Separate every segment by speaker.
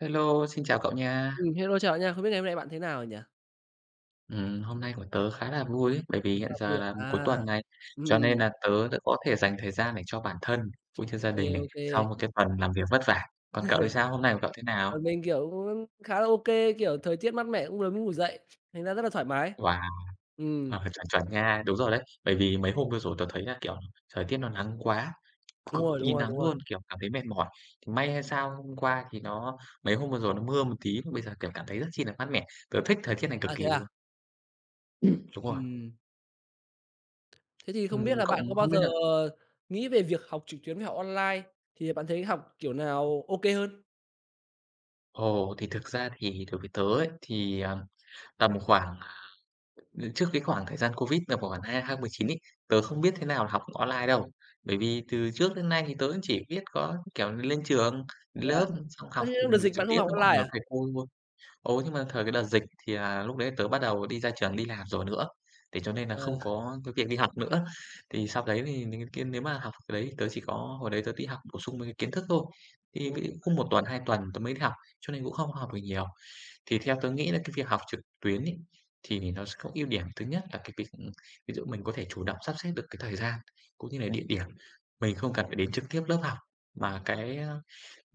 Speaker 1: Hello, xin chào cậu nha.
Speaker 2: Hello, chào bạn nha. Không biết ngày hôm nay bạn thế nào rồi nhỉ?
Speaker 1: Hôm nay của tớ khá là vui ấy, bởi vì hiện
Speaker 2: À, vui
Speaker 1: giờ
Speaker 2: ạ?
Speaker 1: là cuối
Speaker 2: À,
Speaker 1: tuần này, cho
Speaker 2: ừm,
Speaker 1: nên là tớ đã có thể dành thời gian để cho bản thân cũng như
Speaker 2: ô
Speaker 1: gia
Speaker 2: kê,
Speaker 1: đình này,
Speaker 2: ô kê.
Speaker 1: sau một cái tuần làm việc vất vả. Còn cậu thì sao? Hôm nay của cậu thế nào?
Speaker 2: Còn mình, kiểu, cũng khá là ô kê, kiểu, thời tiết mát mẻ cũng vừa mới ngủ dậy, thành ra rất là thoải mái.
Speaker 1: Wow,
Speaker 2: Ừm,
Speaker 1: chuẩn chuẩn nha, đúng rồi đấy. Bởi vì mấy hôm vừa rồi tớ thấy là, kiểu, thời tiết nó nắng quá,
Speaker 2: đúng
Speaker 1: cực
Speaker 2: rồi, đúng
Speaker 1: kỳ
Speaker 2: rồi,
Speaker 1: nắng
Speaker 2: đúng rồi.
Speaker 1: luôn, kiểu, cảm thấy mệt mỏi. Thì may hay sao hôm qua thì nó mấy hôm vừa rồi nó mưa một tí, bây giờ, kiểu, cảm thấy rất chi là mát mẻ. Tớ thích thời tiết này cực
Speaker 2: À, thế
Speaker 1: kỳ
Speaker 2: à?
Speaker 1: luôn. Đúng rồi.
Speaker 2: Ừm. Thế thì không biết là
Speaker 1: Cậu
Speaker 2: bạn có bao
Speaker 1: không
Speaker 2: giờ
Speaker 1: biết.
Speaker 2: nghĩ về việc học trực tuyến với học online, thì bạn thấy học kiểu nào ô kê hơn?
Speaker 1: Ồ, thì thực ra thì đối với tớ ấy, tầm khoảng ừ, trước cái khoảng thời gian Covid là khoảng 2019 ấy, tớ không biết thế nào là học online đâu. Bởi vì từ trước đến nay thì tớ cũng chỉ biết có, kiểu, lên trường, đến
Speaker 2: Thế à?
Speaker 1: lớp, xong
Speaker 2: Ơ, thế trong đợt dịch
Speaker 1: trực
Speaker 2: bạn không
Speaker 1: tiếp
Speaker 2: học
Speaker 1: với mọi
Speaker 2: online
Speaker 1: người,
Speaker 2: à?
Speaker 1: thầy cô thôi. Ồ, nhưng mà thời cái đợt dịch thì là lúc đấy tớ bắt đầu đi ra trường đi làm rồi nữa, thế cho nên là
Speaker 2: Ờ,
Speaker 1: không có cái việc đi học nữa. Thì sau đấy thì những cái nếu mà học cái đấy tớ chỉ có hồi đấy tớ đi học bổ sung mấy cái kiến thức thôi, thì ví dụ cũng một tuần, 2 tuần tớ mới đi học, cho nên cũng không học được nhiều. Thì theo tớ nghĩ là cái việc học trực tuyến ấy, thì nó sẽ có ưu điểm thứ nhất là cái việc, ví dụ mình có thể chủ động sắp xếp được cái thời gian cũng như là địa điểm. Mình không cần phải đến trực tiếp lớp học, mà cái, ờ,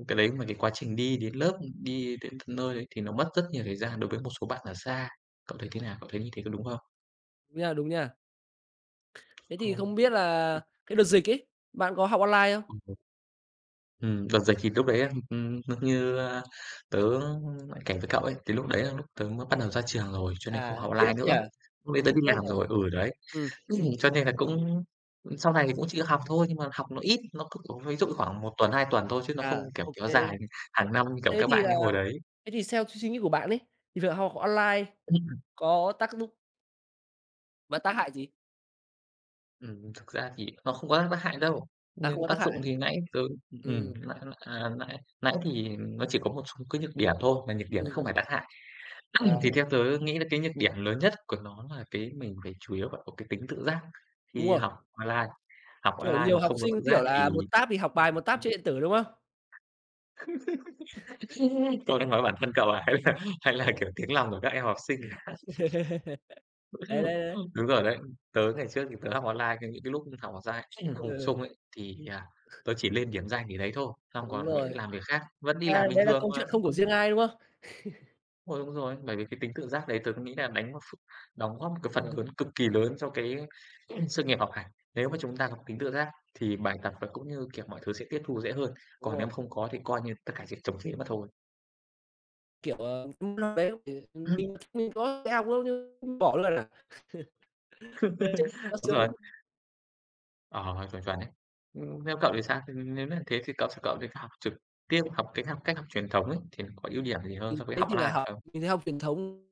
Speaker 1: cái đấy mà cái quá trình đi đến lớp, đi đến tận nơi đấy thì nó mất rất nhiều thời gian đối với một số bạn ở xa. Cậu thấy thế nào? Cậu thấy như thế có đúng không?
Speaker 2: đúng nha, đúng nha. Thế thì
Speaker 1: Ồ.
Speaker 2: không biết là cái đợt dịch ấy, bạn có học online không?
Speaker 1: Ừm, đợt dịch thì lúc đấy, như, a, tớ lại kể với cậu ấy, thì lúc đấy
Speaker 2: Ờ,
Speaker 1: là lúc tớ mới bắt đầu ra trường rồi, cho nên
Speaker 2: à,
Speaker 1: không học
Speaker 2: tiếc
Speaker 1: online
Speaker 2: nhỉ?
Speaker 1: nữa. Lúc đấy tớ đi
Speaker 2: Tiếc
Speaker 1: làm
Speaker 2: nhỉ?
Speaker 1: rồi, ừ, đấy.
Speaker 2: Ừm.
Speaker 1: Cho nên là cũng sau này thì cũng chỉ học thôi, nhưng mà học nó ít, ví dụ
Speaker 2: Ừm,
Speaker 1: khoảng một tuần, 2 tuần thôi chứ nó không,
Speaker 2: à,
Speaker 1: kiểu,
Speaker 2: ô
Speaker 1: kéo
Speaker 2: kê.
Speaker 1: dài hàng năm như, kiểu,
Speaker 2: Thế
Speaker 1: các
Speaker 2: thì
Speaker 1: bạn
Speaker 2: là
Speaker 1: cái hồi đấy.
Speaker 2: thế thì theo suy nghĩ của bạn ấy, thì việc học online
Speaker 1: Ừm,
Speaker 2: có tác dụng và tác hại gì?
Speaker 1: thực ra thì nó không có tác hại đâu,
Speaker 2: À, không
Speaker 1: nhưng
Speaker 2: có tác
Speaker 1: tác
Speaker 2: hại à?
Speaker 1: dụng thì nãy tớ
Speaker 2: Ừm,
Speaker 1: nãy à, nãy nãy thì nó chỉ có một số cái nhược điểm thôi, mà nhược điểm nó
Speaker 2: ừm,
Speaker 1: không phải
Speaker 2: ừm,
Speaker 1: tác hại.
Speaker 2: à,
Speaker 1: Thì theo tớ nghĩ là cái nhược điểm lớn nhất của nó là cái mình phải chủ yếu phải có cái tính tự giác.
Speaker 2: đúng rồi,
Speaker 1: Học online, học
Speaker 2: kiểu,
Speaker 1: online
Speaker 2: nhiều
Speaker 1: mà
Speaker 2: học
Speaker 1: không có
Speaker 2: sinh,
Speaker 1: tự
Speaker 2: kiểu
Speaker 1: giác thì...
Speaker 2: là, một tab thì học bài, một tab chơi điện tử, đúng không?
Speaker 1: Cậu đang nói bản thân cậu à? Hay là, kiểu, tiếng lòng của các em học sinh?
Speaker 2: Đấy, đấy, đấy,
Speaker 1: Đúng rồi đấy, tớ ngày trước thì tớ học online, cái những cái lúc học online học bổ
Speaker 2: ừ,
Speaker 1: sung ấy, tớ chỉ lên điểm danh để đấy thôi, xong
Speaker 2: đúng
Speaker 1: còn lại
Speaker 2: rồi,
Speaker 1: làm việc khác, vẫn đi
Speaker 2: a,
Speaker 1: làm bình
Speaker 2: đấy là
Speaker 1: thường
Speaker 2: câu
Speaker 1: mà,
Speaker 2: chuyện không của
Speaker 1: cũng...
Speaker 2: riêng ai, đúng không?
Speaker 1: Ôi, đúng rồi, bởi vì cái tính tự giác đấy tớ nghĩ là đánh một ph đóng góp một cái
Speaker 2: Đúng
Speaker 1: phần
Speaker 2: rồi,
Speaker 1: lớn cực kỳ lớn cho cái sự nghiệp học hành. Nếu mà chúng ta có tính tự giác thì bài tập và cũng như, kiểu, mọi thứ sẽ tiếp thu dễ hơn,
Speaker 2: đúng
Speaker 1: còn
Speaker 2: rồi,
Speaker 1: nếu mà không có thì coi như tất cả chỉ trồng phí mà thôi.
Speaker 2: kiểu, ờ, đấy thì mình mình có đi học đâu nhưng bỏ luôn à.
Speaker 1: Đúng rồi. Ờ, chuẩn, chuẩn đấy. Theo cậu thì sao? Thì nếu là thế thì cậu thấy học trực tiếp, học cái học cách học truyền thống ấy, thì nó có ưu điểm gì hơn
Speaker 2: Mình
Speaker 1: so với học
Speaker 2: thì là
Speaker 1: online
Speaker 2: học
Speaker 1: không?
Speaker 2: mình thấy học truyền thống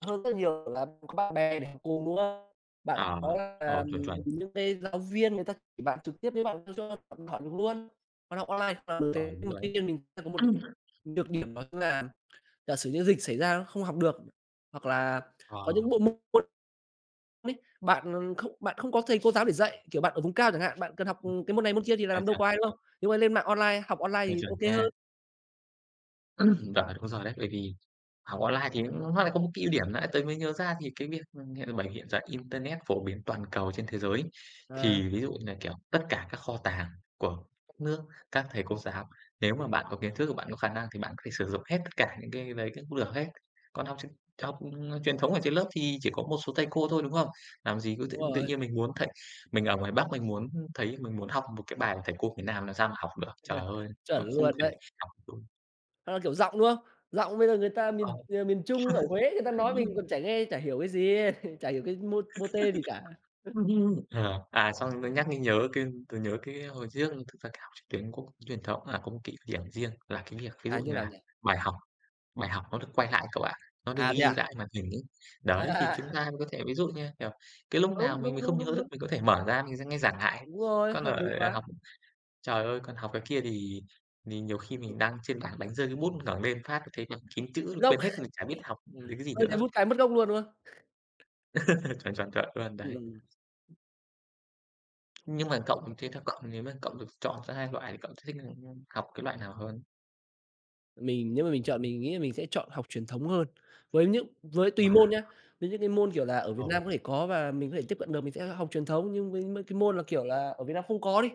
Speaker 2: hơn rất nhiều là bạn có bạn bè để học cùng, đúng không? Bạn
Speaker 1: Ờ,
Speaker 2: có là
Speaker 1: chuẩn, chuẩn.
Speaker 2: những cái giáo viên người ta chỉ bạn trực tiếp với bạn cho bạn hỏi được luôn, còn học online là được
Speaker 1: Ờ,
Speaker 2: thế.
Speaker 1: đúng
Speaker 2: Nhưng mà
Speaker 1: rồi đấy.
Speaker 2: tuy nhiên mình sẽ có một nhược điểm đó chính là giả sử như dịch xảy ra không học được, hoặc là
Speaker 1: Ờ,
Speaker 2: có những bộ môn ấy, bạn, ờ, không bạn không có thầy cô giáo để dạy, kiểu, bạn ở vùng cao chẳng hạn, bạn cần học
Speaker 1: ừm,
Speaker 2: cái môn này môn kia thì
Speaker 1: chuẩn,
Speaker 2: làm đâu
Speaker 1: chuẩn,
Speaker 2: có ai, đúng không? Nhưng mà lên mạng online, học online
Speaker 1: chuẩn,
Speaker 2: thì
Speaker 1: chuẩn
Speaker 2: ok
Speaker 1: nha.
Speaker 2: hơn.
Speaker 1: Chuẩn, đúng rồi đấy, bởi vì... Học online thì nó lại có một cái ưu điểm nãy tớ mới nhớ ra thì cái việc, hiện giờ internet phổ biến toàn cầu trên thế giới, ấy,
Speaker 2: À,
Speaker 1: thì ví dụ như là, kiểu, tất cả các kho tàng của các nước, các thầy cô giáo, nếu mà bạn có kiến thức và bạn có khả năng thì bạn có thể sử dụng hết tất cả những cái đấy cũng được hết. Còn học truyền thống ở trên lớp thì chỉ có một số thầy cô thôi, đúng không? Làm gì cứ tự
Speaker 2: đúng
Speaker 1: tự
Speaker 2: rồi,
Speaker 1: nhiên mình muốn thầy mình ở ngoài Bắc mình muốn học một cái bài của thầy cô miền Nam làm sao mà học được, trời ơi,
Speaker 2: chuẩn
Speaker 1: nó không
Speaker 2: luôn
Speaker 1: thể
Speaker 2: đấy.
Speaker 1: học đúng...
Speaker 2: Hoặc là, kiểu, giọng, đúng không? Giọng bây giờ người ta miền,
Speaker 1: Ờ.
Speaker 2: ờ, miền Trung ở Huế người ta nói mình còn chả nghe chả hiểu cái gì, chả hiểu cái mô mô tê gì cả.
Speaker 1: Ừm. Xong nó nhắc mới nhớ cái tớ nhớ cái hồi trước thực ra cái học trực tuyến có truyền thống là có một cái ưu điểm riêng là cái việc ví
Speaker 2: À,
Speaker 1: dụ
Speaker 2: như
Speaker 1: như
Speaker 2: nào
Speaker 1: là
Speaker 2: nhỉ?
Speaker 1: bài học bài học nó được quay lại cậu ạ, nó được
Speaker 2: À, thế
Speaker 1: ghi
Speaker 2: à?
Speaker 1: lại màn hình ấy.
Speaker 2: À,
Speaker 1: Đấy, thì
Speaker 2: à, à,
Speaker 1: chúng ta có thể ví dụ như, kiểu, cái lúc nào
Speaker 2: đúng,
Speaker 1: mình
Speaker 2: đúng,
Speaker 1: mình
Speaker 2: đúng,
Speaker 1: không nhớ
Speaker 2: đúng,
Speaker 1: được
Speaker 2: đúng.
Speaker 1: mình có thể mở ra mình sẽ nghe giảng lại.
Speaker 2: Đúng rồi,
Speaker 1: Còn
Speaker 2: hợp
Speaker 1: ở
Speaker 2: lý
Speaker 1: à,
Speaker 2: quá.
Speaker 1: học Trời ơi, còn học cái kia thì nhiều khi mình đang trên bảng đánh rơi cái bút ngẩng lên phát thấy bảng kín
Speaker 2: Mất
Speaker 1: chữ,
Speaker 2: gốc,
Speaker 1: quên hết, mình chả biết học đến cái gì
Speaker 2: hơi cái
Speaker 1: nữa.
Speaker 2: vút cái mất gốc luôn, đúng không?
Speaker 1: Chuẩn, chuẩn, chuẩn luôn, đấy.
Speaker 2: Ừm.
Speaker 1: Nhưng mà cậu thế theo cậu nếu mà cậu được chọn giữa hai loại thì cậu sẽ thích học cái loại nào hơn?
Speaker 2: Mình nếu mà mình chọn mình nghĩ là mình sẽ chọn học truyền thống hơn. Với tùy môn
Speaker 1: Wow,
Speaker 2: nhá, với những cái môn, kiểu là, ở Việt
Speaker 1: ồ,
Speaker 2: Nam có thể có và mình có thể tiếp cận được, mình sẽ học truyền thống, nhưng với mấy cái môn là, kiểu là, ở Việt Nam không có đi,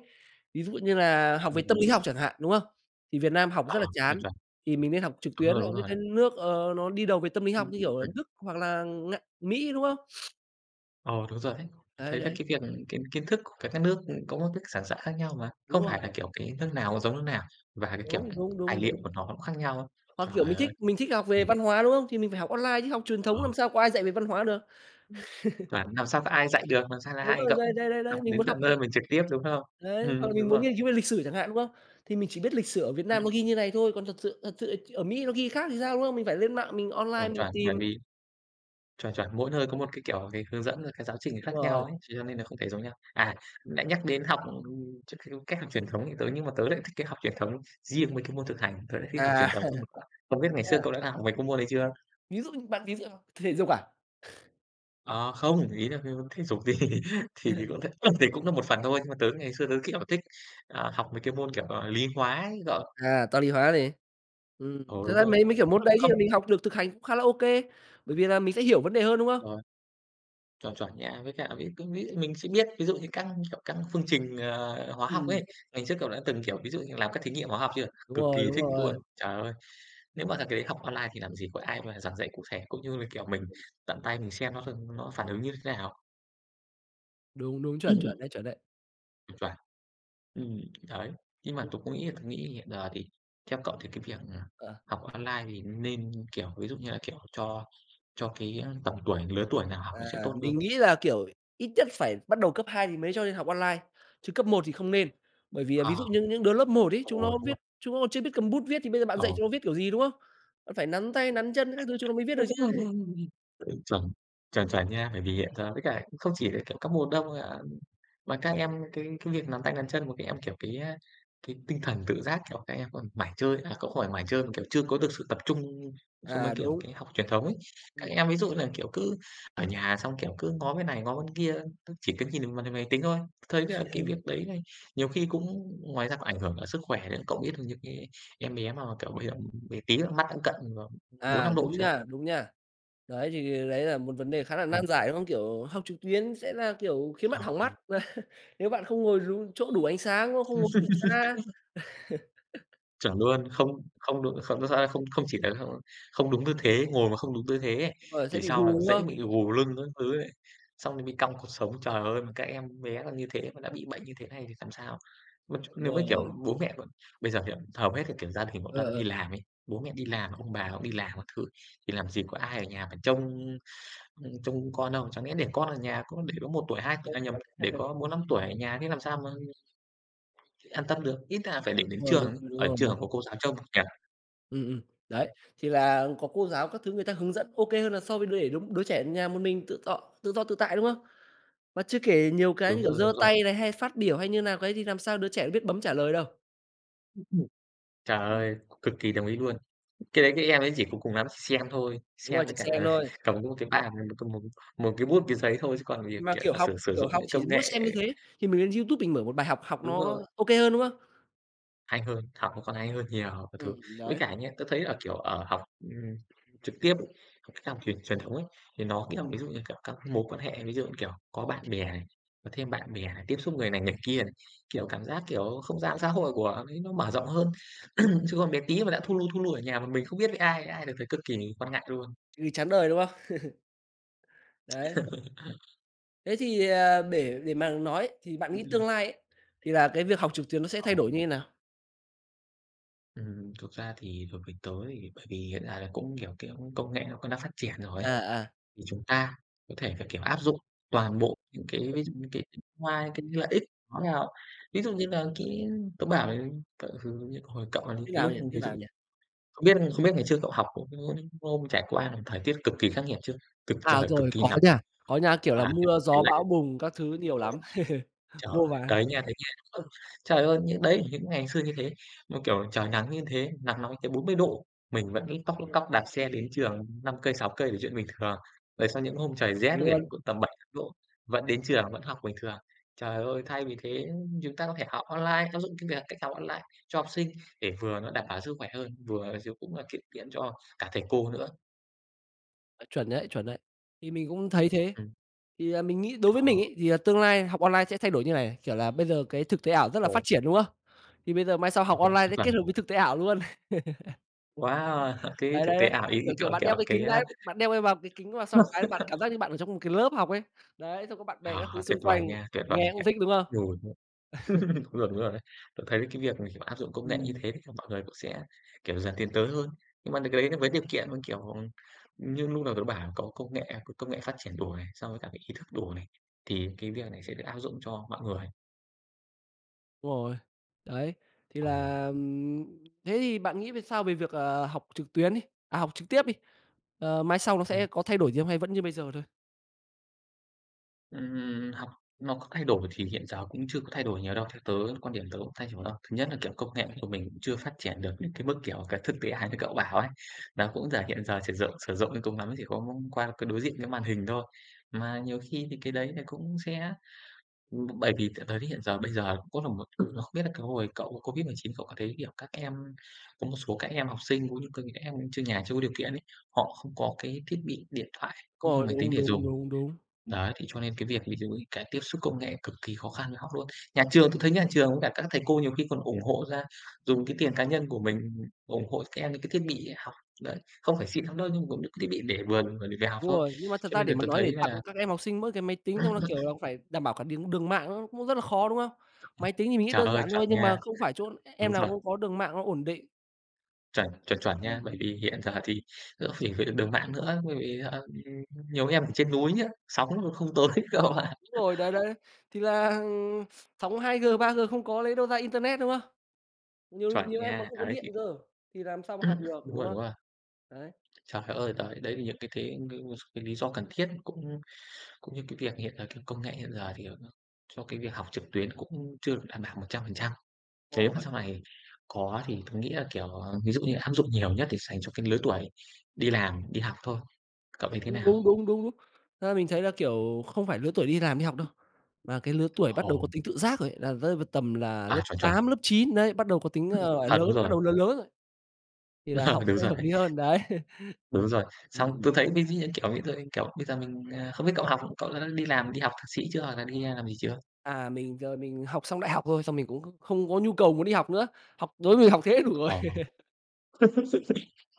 Speaker 2: ví dụ như là học về
Speaker 1: đồng
Speaker 2: tâm lý
Speaker 1: ý.
Speaker 2: học chẳng hạn, đúng không? Thì Việt Nam học
Speaker 1: Ờ,
Speaker 2: rất là
Speaker 1: tuyệt
Speaker 2: chán,
Speaker 1: vời,
Speaker 2: thì mình nên học trực tuyến,
Speaker 1: đúng
Speaker 2: học những
Speaker 1: rồi
Speaker 2: cái
Speaker 1: đấy.
Speaker 2: nước, ờ, nó đi đầu về tâm lý học như
Speaker 1: Đúng
Speaker 2: kiểu là
Speaker 1: rồi.
Speaker 2: Đức hoặc là Nga Mỹ, đúng không?
Speaker 1: Ờ, đúng rồi đấy.
Speaker 2: Đấy,
Speaker 1: Thấy là
Speaker 2: đấy,
Speaker 1: cái việc kiến kiến thức của các cái nước có một cái sản xạ khác nhau mà,
Speaker 2: đúng
Speaker 1: không
Speaker 2: rồi,
Speaker 1: phải là, kiểu, cái nước nào giống nước nào và cái, kiểu,
Speaker 2: đúng, đúng, đúng,
Speaker 1: tài liệu
Speaker 2: đúng.
Speaker 1: của nó cũng khác nhau ấy.
Speaker 2: Hoặc, kiểu,
Speaker 1: Trời
Speaker 2: mình thích
Speaker 1: ơi,
Speaker 2: mình thích học về
Speaker 1: Ừm,
Speaker 2: văn hóa, đúng không? Thì mình phải học online chứ học truyền thống
Speaker 1: ờ.
Speaker 2: làm sao có ai dạy về văn hóa được.
Speaker 1: toàn làm sao có ai dạy được, làm sao là
Speaker 2: Đúng
Speaker 1: ai
Speaker 2: rồi, đây đây đây đấy,
Speaker 1: học
Speaker 2: mình
Speaker 1: đến
Speaker 2: muốn học
Speaker 1: tận nơi mình trực tiếp, đúng không?
Speaker 2: đấy, hoặc là mình
Speaker 1: Đúng
Speaker 2: muốn
Speaker 1: rồi,
Speaker 2: nghiên cứu về lịch sử chẳng hạn, đúng không? Thì mình chỉ biết lịch sử ở Việt
Speaker 1: ừm,
Speaker 2: Nam nó ghi như này thôi, còn thật sự ở Mỹ nó ghi khác thì sao, đúng không? Mình phải lên mạng mình online
Speaker 1: chuẩn,
Speaker 2: mình
Speaker 1: chuẩn,
Speaker 2: tìm
Speaker 1: bởi vì... Chuẩn, chuẩn, mỗi nơi có một cái, kiểu, cái hướng dẫn rồi cái giáo trình
Speaker 2: đúng
Speaker 1: khác nhau
Speaker 2: rồi.
Speaker 1: ấy, cho nên là không thể giống nhau. À, nãy nhắc đến học, ch cái cách học truyền thống thì tớ nhưng mà tớ lại thích cái học truyền thống riêng mấy cái môn thực hành, tớ lại thích học
Speaker 2: À,
Speaker 1: truyền thống hơn. Không biết ngày xưa
Speaker 2: à,
Speaker 1: cậu đã học mấy cái môn đấy chưa?
Speaker 2: ví dụ thể dục à?
Speaker 1: Ờ, không, ý là cái môn thể dục thì thì thì cũng th thì cũng là một phần thôi, nhưng mà tớ ngày xưa tớ, kiểu, thích, học mấy cái môn, lý hóa ấy cậu.
Speaker 2: À, toán lý hóa này.
Speaker 1: Ừ,
Speaker 2: Thật
Speaker 1: đúng
Speaker 2: ra
Speaker 1: rồi đấy.
Speaker 2: mấy mấy kiểu môn đấy thì
Speaker 1: Không
Speaker 2: mình học được thực hành cũng khá là ok bởi vì là mình sẽ hiểu vấn đề hơn, đúng không?
Speaker 1: ờ. Chuẩn, chuẩn nhá. Với cả biết mình sẽ biết, ví dụ như các, kiểu, các phương trình, hóa học
Speaker 2: Ừm,
Speaker 1: ấy, ngày trước, cậu đã từng, kiểu, ví dụ như làm các thí nghiệm hóa học chưa,
Speaker 2: đúng
Speaker 1: cực
Speaker 2: rồi,
Speaker 1: kỳ
Speaker 2: đúng
Speaker 1: thích luôn.
Speaker 2: rồi.
Speaker 1: Trời ơi, nếu mà là cái đấy học online thì làm gì có ai mà giảng dạy cụ thể, cũng như là, kiểu, mình tận tay mình xem nó phản ứng như thế nào.
Speaker 2: Đúng, đúng, chuẩn, chuẩn đấy, chuẩn đấy.
Speaker 1: Chuẩn. Đấy, nhưng mà
Speaker 2: Đúng,
Speaker 1: tôi nghĩ hiện giờ thì theo cậu thì cái việc,
Speaker 2: ờ.
Speaker 1: học online thì nên, kiểu, ví dụ như là, kiểu, cho cái, tầm tuổi, lứa tuổi nào học
Speaker 2: À,
Speaker 1: thì sẽ tốt hơn.
Speaker 2: mình nghĩ là, kiểu, ít nhất phải bắt đầu cấp 2 thì mới cho lên học online, chứ cấp một thì không nên. Bởi vì là ví dụ
Speaker 1: à
Speaker 2: như những đứa lớp một ấy, chúng nó
Speaker 1: Ồ, đúng rồi.
Speaker 2: viết chúng nó còn chưa biết cầm bút viết thì bây giờ bạn
Speaker 1: Ờ.
Speaker 2: dạy chúng nó viết kiểu gì, đúng không? Bạn phải nắn tay, nắn chân các thứ chúng nó mới viết được
Speaker 1: Ừm,
Speaker 2: chứ.
Speaker 1: ừm. Ừ, chuẩn, chuẩn nha, bởi vì hiện giờ với cả không chỉ là, kiểu, các mùa đông ạ, mà các em cái việc nắm tay nắm chân của các em, cái tinh thần tự giác, kiểu, các em còn mải chơi à, cũng không phải mải chơi mà, kiểu, chưa có được sự tập trung so với,
Speaker 2: À,
Speaker 1: kiểu,
Speaker 2: đúng,
Speaker 1: cái học truyền thống ấy. Các
Speaker 2: ừm,
Speaker 1: em ví dụ như là, kiểu, cứ ở nhà xong, kiểu, cứ ngó bên này ngó bên kia, cứ chỉ có nhìn vào màn hình máy tính thôi. Thấy là cái việc đấy này nhiều khi cũng ngoài ra còn ảnh hưởng cả sức khỏe nữa, cậu biết là những cái em bé mà, kiểu, bây giờ bé tí nữa mắt đã cận vào
Speaker 2: à,
Speaker 1: 4-5 độ
Speaker 2: đúng
Speaker 1: chưa?
Speaker 2: nha, đúng nha. Đấy, thì đấy là một vấn đề khá là nan giải, đúng không? Kiểu, học trực tuyến sẽ là, kiểu, khiến bạn
Speaker 1: Ờ,
Speaker 2: hỏng mắt. Nếu bạn không ngồi đúng chỗ đủ ánh sáng, đúng không? Không ngồi đủ xa,
Speaker 1: chuẩn luôn, không không đúng không thật ra là không không chỉ là không không đúng tư thế, ngồi mà không đúng tư thế ấy,
Speaker 2: ờ, sẽ
Speaker 1: thì
Speaker 2: bị
Speaker 1: sau là
Speaker 2: gù, đúng
Speaker 1: dễ
Speaker 2: không?
Speaker 1: bị gù lưng các thứ ấy, xong thì bị cong cột sống. Trời ơi, mà các em bé còn như thế mà đã bị bệnh như thế này thì làm sao? Mà
Speaker 2: Đúng
Speaker 1: nếu mà, kiểu,
Speaker 2: rồi,
Speaker 1: bố mẹ còn bây giờ hiện hầu hết là, kiểu, gia đình cũng
Speaker 2: ờ, ờ,
Speaker 1: đang
Speaker 2: ờ,
Speaker 1: đi làm ấy, bố mẹ đi làm, ông bà cũng đi làm các thứ, thì làm gì có ai ở nhà mà trông, trông con đâu. Chẳng lẽ để con ở nhà có để có một tuổi, 2 tuổi à, nhầm, để có 4 5 tuổi ở nhà thế làm sao mà an tâm được, ít ra phải để đến
Speaker 2: đúng rồi, đúng
Speaker 1: trường,
Speaker 2: rồi, đúng
Speaker 1: ở
Speaker 2: rồi.
Speaker 1: trường có cô giáo trông nhỉ?
Speaker 2: Ừm, ừm,
Speaker 1: Đấy.
Speaker 2: đấy, thì là có cô giáo các thứ người ta hướng dẫn OK hơn là so với đứa để đứa đứa trẻ ở nhà một mình tự tọ tự do tự tại, đúng không? Mà chưa kể nhiều cái như
Speaker 1: Đúng
Speaker 2: kiểu
Speaker 1: rồi, đúng
Speaker 2: giơ
Speaker 1: rồi.
Speaker 2: tay này, hay phát biểu, hay như nào cái thì làm sao đứa trẻ nó biết bấm trả lời đâu.
Speaker 1: Ừm, trời
Speaker 2: Ừm.
Speaker 1: ơi, cực kỳ đồng ý luôn. Cái đấy cái em ấy chỉ có cùng lắm xem thôi,
Speaker 2: Đúng
Speaker 1: xem
Speaker 2: rồi, chỉ
Speaker 1: với cả
Speaker 2: xem thôi,
Speaker 1: cầm có một cái bàn, một cái bút, cái giấy thôi, chứ còn việc,
Speaker 2: mà,
Speaker 1: kiểu, giả sử sử
Speaker 2: kiểu,
Speaker 1: dụng
Speaker 2: học
Speaker 1: những
Speaker 2: chỉ
Speaker 1: công nghệ
Speaker 2: muốn xem như thế thì mình lên YouTube mình mở một bài học, học
Speaker 1: đúng
Speaker 2: nó
Speaker 1: rồi.
Speaker 2: OK hơn, đúng không?
Speaker 1: Hay hơn, học nó còn hay hơn nhiều các thứ. Với
Speaker 2: Đấy,
Speaker 1: cả nhá, tớ thấy là, kiểu, ở học, trực tiếp ấy, học cách học truyền truyền thống ấy, thì nó, kiểu,
Speaker 2: ừm,
Speaker 1: ví dụ như, kiểu, các mối quan hệ, ví dụ như, kiểu, có bạn bè này, có thêm bạn bè này, tiếp xúc người này người kia này, kiểu, cảm giác, kiểu, không gian xã hội của ấy nó mở rộng hơn. Chứ còn bé tí mà đã thu lu ở nhà một mình không biết với ai, ai được thấy cực kỳ quan ngại luôn.
Speaker 2: thì chán đời, đúng không? Đấy, thế thì, à, để mà nói thì bạn nghĩ
Speaker 1: Ừm.
Speaker 2: tương lai ấy, thì là cái việc học trực tuyến nó sẽ
Speaker 1: Ờ.
Speaker 2: thay đổi như thế nào?
Speaker 1: Thực ra thì đối với tớ thì bởi vì hiện tại là cũng, kiểu, cái công nghệ nó cũng đã phát triển rồi ấy.
Speaker 2: À, à,
Speaker 1: Thì chúng ta có thể là, kiểu, áp dụng toàn bộ những cái ví dụ như cái hoa cái lợi ích nó vào. Ví dụ như là cái tớ bảo là cậu thử hồi cậu là những
Speaker 2: như
Speaker 1: cái
Speaker 2: nào
Speaker 1: lúc
Speaker 2: nhỉ? Thế
Speaker 1: ví dụ
Speaker 2: nào nhỉ?
Speaker 1: không biết ngày trước cậu học có những hôm trải qua là thời tiết cực kỳ khắc nghiệt chưa? Cực
Speaker 2: À,
Speaker 1: trời, cực
Speaker 2: rồi,
Speaker 1: kỳ nắng
Speaker 2: có nha, kiểu
Speaker 1: và,
Speaker 2: là,
Speaker 1: kiểu,
Speaker 2: mưa
Speaker 1: cực kỳ
Speaker 2: gió
Speaker 1: lạnh.
Speaker 2: bão bùng các thứ nhiều lắm,
Speaker 1: Trời,
Speaker 2: vô vàn,
Speaker 1: đấy nha, đấy nha. Trời ơi, những đấy, những ngày xưa như thế, nó, kiểu, trời nắng như thế, nắng nóng tới 40 độ, mình vẫn lít tóp đạp xe đến trường 5 cây, 6 cây là chuyện bình thường. Rồi sau những hôm trời
Speaker 2: chuẩn
Speaker 1: rét biển
Speaker 2: luôn,
Speaker 1: cũng tầm 7 8 độ, vẫn đến trường, vẫn học bình thường. Trời ơi, thay vì thế chúng ta có thể học online, áp dụng cái việc cách học online cho học sinh để vừa nó đảm bảo sức khỏe hơn, vừa chứ cũng là tiết kiệm cho cả thầy cô nữa.
Speaker 2: ờ, chuẩn đấy, chuẩn đấy. Thì mình cũng thấy
Speaker 1: Ừm.
Speaker 2: thế,
Speaker 1: Ừm,
Speaker 2: thì, à, mình nghĩ đối
Speaker 1: ồ,
Speaker 2: với mình ấy, thì, à, tương lai học online sẽ thay đổi như này, kiểu là, bây giờ cái thực tế ảo rất là phát
Speaker 1: ồ,
Speaker 2: triển, đúng không? Thì bây giờ mai sau
Speaker 1: ờ,
Speaker 2: học online
Speaker 1: chuẩn
Speaker 2: sẽ kết
Speaker 1: chuẩn.
Speaker 2: hợp với thực tế ảo luôn.
Speaker 1: Quá cái
Speaker 2: Đấy,
Speaker 1: thực
Speaker 2: đấy,
Speaker 1: tế
Speaker 2: đấy,
Speaker 1: ảo, ý
Speaker 2: kiểu,
Speaker 1: ý,
Speaker 2: kiểu,
Speaker 1: kiểu,
Speaker 2: bạn
Speaker 1: kiểu,
Speaker 2: đeo cái
Speaker 1: cái,
Speaker 2: kính
Speaker 1: a.
Speaker 2: cái, bạn đeo cái vào cái kính vào xong cái bạn cảm giác như bạn ở trong một cái lớp học ấy. Đấy, xong có bạn bè
Speaker 1: À,
Speaker 2: các thứ xung
Speaker 1: tuyệt vời
Speaker 2: quanh,
Speaker 1: nha, tuyệt vời
Speaker 2: nghe cũng
Speaker 1: nha.
Speaker 2: thích, đúng không?
Speaker 1: Rồi, đúng rồi đấy. Tớ thấy cái việc mà, kiểu, áp dụng công nghệ như
Speaker 2: Ừm.
Speaker 1: thế thì mọi người cũng sẽ, kiểu, dần tiến tới hơn. Nhưng mà được cái đấy nó với điều kiện, như kiểu, như lúc đầu tớ bảo có công nghệ phát triển đủ này, xong với cả cái ý thức đủ này, thì cái việc này sẽ được áp dụng cho mọi người.
Speaker 2: Đúng rồi. Đấy, thì
Speaker 1: Ồ.
Speaker 2: là, thế thì bạn nghĩ về sao về việc, ờ, học trực tuyến đi, à, học trực tiếp đi, ờ, mai sau nó
Speaker 1: Ừm.
Speaker 2: sẽ có thay đổi gì không hay vẫn như bây giờ thôi?
Speaker 1: Học nó có thay đổi thì hiện giờ cũng chưa có thay đổi nhiều đâu, theo tớ quan điểm tớ cũng thay đổi đâu. Thứ nhất là, kiểu, công nghệ của mình cũng chưa phát triển được đến cái mức, kiểu, cái thực tế ảo như cậu bảo ấy. Nó cũng giờ hiện giờ sử dụng đến cùng lắm chỉ có qua cái đối diện cái màn hình thôi, mà nhiều khi thì cái đấy là cũng sẽ bởi vì tới hiện giờ bây giờ cũng có là một ừ, nó không biết là cái hồi cậu có COVID-19 cậu có thấy, kiểu, các em có một số các em học sinh cũng như các em chưa nhà chưa có điều kiện ấy, họ không có cái thiết bị điện thoại
Speaker 2: Đúng
Speaker 1: cũng như là
Speaker 2: rồi,
Speaker 1: máy tính
Speaker 2: đúng,
Speaker 1: để
Speaker 2: đúng,
Speaker 1: dùng.
Speaker 2: đúng, đúng.
Speaker 1: Đấy, thì cho nên cái việc ví dụ như cái tiếp xúc công nghệ cực kỳ khó khăn với học luôn. Nhà trường tôi thấy nhà trường với cả các thầy cô nhiều khi còn ủng hộ ra, dùng cái tiền cá nhân của mình ủng hộ các em những cái thiết bị học đấy, không phải xịn lắm đâu, nhưng cũng những cái thiết bị để vườn và để về học
Speaker 2: Đúng
Speaker 1: thôi.
Speaker 2: rồi, nhưng mà thật
Speaker 1: Cho
Speaker 2: ra
Speaker 1: nên
Speaker 2: để
Speaker 1: là
Speaker 2: mà
Speaker 1: tôi
Speaker 2: nói để
Speaker 1: thấy
Speaker 2: tặng
Speaker 1: là
Speaker 2: các em học sinh mỗi cái máy tính xong là, kiểu là, phải đảm bảo cả đường đường mạng nó cũng rất là khó, đúng không? Máy tính thì mình nghĩ
Speaker 1: trời
Speaker 2: đơn
Speaker 1: ơi,
Speaker 2: giản
Speaker 1: chuẩn
Speaker 2: thôi nhưng
Speaker 1: nha,
Speaker 2: mà không phải chỗ em
Speaker 1: đúng
Speaker 2: nào
Speaker 1: rồi,
Speaker 2: cũng có đường mạng nó ổn định.
Speaker 1: chuẩn, chuẩn, chuẩn
Speaker 2: Ừm,
Speaker 1: nha. Bởi
Speaker 2: ừm.
Speaker 1: vì hiện giờ thì đỡ phải về đường mạng nữa, bởi vì, ờ, nhiều em ở trên núi nhá, sóng nó không tới cơ mà.
Speaker 2: Đúng rồi, đấy, đấy, thì là, sóng 2G 3G không có lấy đâu ra internet, đúng không? Nhiều
Speaker 1: Chuẩn
Speaker 2: nhiều em còn
Speaker 1: nha,
Speaker 2: không có
Speaker 1: đấy
Speaker 2: điện
Speaker 1: thì
Speaker 2: giờ thì làm sao mà học được,
Speaker 1: đúng
Speaker 2: đúng
Speaker 1: rồi, đúng
Speaker 2: không?
Speaker 1: rồi.
Speaker 2: Đấy,
Speaker 1: Trời ơi, đấy, đấy là những cái thế những cái lý do cần thiết cũng cũng như cái việc hiện giờ cái công nghệ hiện giờ thì cho cái việc học trực tuyến cũng chưa được đảm bảo 100%. Thế
Speaker 2: đúng
Speaker 1: mà
Speaker 2: rồi,
Speaker 1: sau này có thì tôi nghĩ là, kiểu, ví dụ như áp dụng nhiều nhất thì dành cho cái lứa tuổi đi làm, đi học thôi. Cậu thấy thế
Speaker 2: đúng,
Speaker 1: nào?
Speaker 2: đúng, đúng, đúng, đúng. Thật ra mình thấy là, kiểu, không phải lứa tuổi đi làm đi học đâu, mà cái lứa tuổi bắt đầu có
Speaker 1: Ồ,
Speaker 2: tính tự giác rồi ấy, là rơi vào tầm là lớp
Speaker 1: à, chuẩn, chuẩn.
Speaker 2: 8 lớp 9 đấy, bắt đầu có tính, ờ, gọi là,
Speaker 1: À,
Speaker 2: lớn,
Speaker 1: đúng
Speaker 2: bắt
Speaker 1: rồi,
Speaker 2: đầu lớn lớn rồi, thì là học
Speaker 1: ờ, đúng
Speaker 2: sẽ
Speaker 1: rồi
Speaker 2: hợp
Speaker 1: đấy,
Speaker 2: lý hơn, đấy.
Speaker 1: đúng rồi. Xong
Speaker 2: Ừm.
Speaker 1: tôi thấy ví dụ như, kiểu, bây giờ mình, à không biết cậu học cậu đã đi làm, đi học thạc sĩ chưa hoặc là đi làm gì chưa?
Speaker 2: À, mình giờ mình học xong đại học rồi, xong mình cũng không có nhu cầu muốn đi học nữa, học đối với mình học thế đủ rồi.
Speaker 1: Ờ.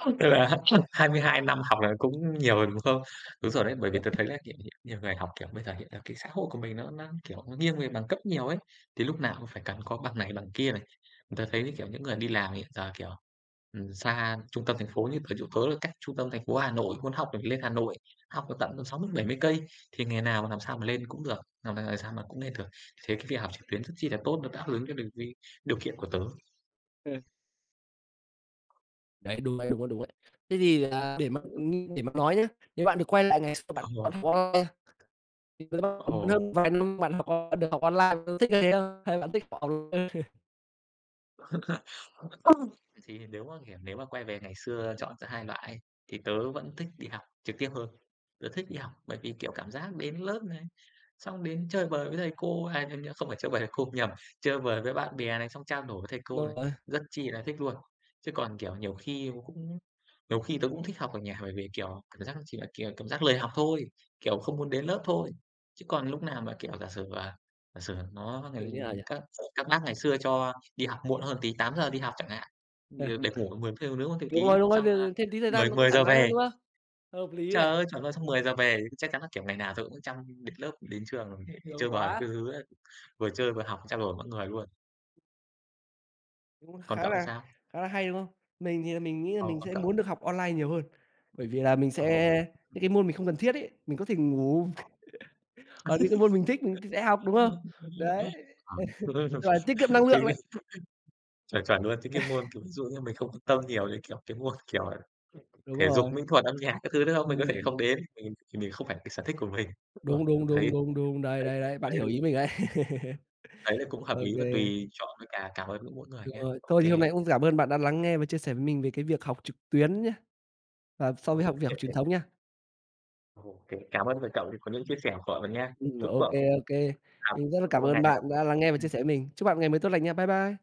Speaker 1: Tức là 22 năm học là cũng nhiều rồi, đúng không? Đúng rồi đấy, bởi vì tớ thấy là, kiểu, nhiều nhiều người học, kiểu, bây giờ hiện là cái xã hội của mình nó, kiểu, nó nghiêng về bằng cấp nhiều ấy, thì lúc nào cũng phải cần có bằng này bằng kia này. Tớ thấy, như, kiểu, những người đi làm hiện giờ, kiểu, xa trung tâm thành phố như tớ chỗ tớ là cách trung tâm thành phố Hà Nội, muốn học được lên Hà Nội, học được tận 60 70 cây, thì nghề nào mà làm sao mà lên cũng được, làm là làm sao mà cũng lên được. Thế cái việc học trực tuyến rất chi là tốt, nó đáp ứng cho được cái điều kiện của tớ.
Speaker 2: Ừ, đấy, đúng đấy, đúng đấy, đúng đấy. Thế thì là để mà nói nhá, nếu bạn được quay lại ngày xưa bạn
Speaker 1: Ồ,
Speaker 2: bạn học online
Speaker 1: ồ.
Speaker 2: hơn vài năm bạn học on được học online bạn thích cái thế không? Hay bạn thích học offline?
Speaker 1: Thì nếu mà, kiểu, nếu mà quay về ngày xưa chọn giữa hai loại thì tớ vẫn thích đi học trực tiếp hơn. Tớ thích đi học bởi vì, kiểu, cảm giác đến lớp này, xong đến chơi bời với thầy cô, à, nhầm, nhầm, không phải chơi bời thầy cô, nhầm, chơi bời với bạn bè này, xong trao đổi với thầy cô
Speaker 2: Đúng
Speaker 1: này,
Speaker 2: rồi,
Speaker 1: rất chi là thích luôn. Chứ còn, kiểu, nhiều khi cũng nhiều khi tớ cũng thích học ở nhà bởi vì, kiểu, cảm giác chỉ là, kiểu, cảm giác lười học thôi, kiểu, không muốn đến lớp thôi. Chứ còn lúc nào mà, kiểu, giả sử, à, giả sử nó
Speaker 2: kiểu
Speaker 1: ngày
Speaker 2: như nào nhỉ?
Speaker 1: các các bác ngày xưa cho đi học muộn hơn tí, 8 giờ đi học chẳng hạn,
Speaker 2: Ờ,
Speaker 1: để ngủ 10 tiếng nướng thêm tí,
Speaker 2: đúng rồi,
Speaker 1: xong, a,
Speaker 2: ừ, thêm tí thời gian
Speaker 1: mười
Speaker 2: nó cũng
Speaker 1: mười
Speaker 2: thoải
Speaker 1: giờ
Speaker 2: mái hơn,
Speaker 1: về.
Speaker 2: đúng không? Hợp lý
Speaker 1: Trời
Speaker 2: này,
Speaker 1: ơi, chuẩn luôn, xong mười giờ về chắc chắn là, kiểu, ngày nào tôi cũng chăm đến lớp, đến trường để
Speaker 2: sướng
Speaker 1: chơi bời
Speaker 2: quá!
Speaker 1: các thứ ấy, vừa chơi vừa học, trao đổi mọi người luôn.
Speaker 2: Cũng
Speaker 1: Còn
Speaker 2: khá
Speaker 1: cậu thì
Speaker 2: là
Speaker 1: sao?
Speaker 2: khá là hay, đúng không? Mình thì là mình nghĩ là
Speaker 1: Ờ,
Speaker 2: mình
Speaker 1: còn
Speaker 2: sẽ
Speaker 1: cậu?
Speaker 2: muốn được học online nhiều hơn, bởi vì là mình
Speaker 1: Ồ.
Speaker 2: sẽ những cái môn mình không cần thiết ấy, mình có thể ngủ,
Speaker 1: Ờ.
Speaker 2: còn những cái môn mình thích mình thì sẽ học, đúng không? Đấy, gọi là tiết kiệm năng
Speaker 1: Cái
Speaker 2: lượng đấy.
Speaker 1: chuẩn, chuẩn luôn, những cái môn, kiểu, ví dụ như mình không quan tâm nhiều đến, kiểu, cái môn, kiểu,
Speaker 2: Đúng
Speaker 1: thể
Speaker 2: rồi,
Speaker 1: dục, mỹ thuật, âm nhạc các thứ nữa không? Mình có thể
Speaker 2: ừm,
Speaker 1: không đến, mình thì mình không phải cái sở thích của mình. Đúng rồi,
Speaker 2: đúng,
Speaker 1: tớ
Speaker 2: đúng, đúng,
Speaker 1: thấy
Speaker 2: đúng, đúng, đấy,
Speaker 1: thấy
Speaker 2: đấy, đấy, bạn
Speaker 1: thấy
Speaker 2: hiểu ý mình đấy.
Speaker 1: đấy là cũng
Speaker 2: Ô
Speaker 1: hợp lý và
Speaker 2: kê.
Speaker 1: tùy chọn với cả cảm ơn mỗi mỗi người
Speaker 2: Đúng
Speaker 1: nhá.
Speaker 2: rồi. Thôi thì
Speaker 1: OK,
Speaker 2: hôm nay cũng cảm ơn bạn đã lắng nghe và chia sẻ với mình về cái việc học trực tuyến nhá, và so với học
Speaker 1: OK,
Speaker 2: việc học truyền
Speaker 1: ô.
Speaker 2: thống nhá.
Speaker 1: Cảm ơn về cậu thì có những chia sẻ của cậu nha. Chúc
Speaker 2: Ô
Speaker 1: cậu
Speaker 2: kê,
Speaker 1: có
Speaker 2: ô kê. Mình rất là
Speaker 1: một một
Speaker 2: cảm
Speaker 1: một
Speaker 2: ơn
Speaker 1: ngày thật là
Speaker 2: bạn đã
Speaker 1: vui
Speaker 2: lắng nghe và chia
Speaker 1: vẻ.
Speaker 2: sẻ với mình. Chúc bạn ngày mới tốt lành nha. Bye bye.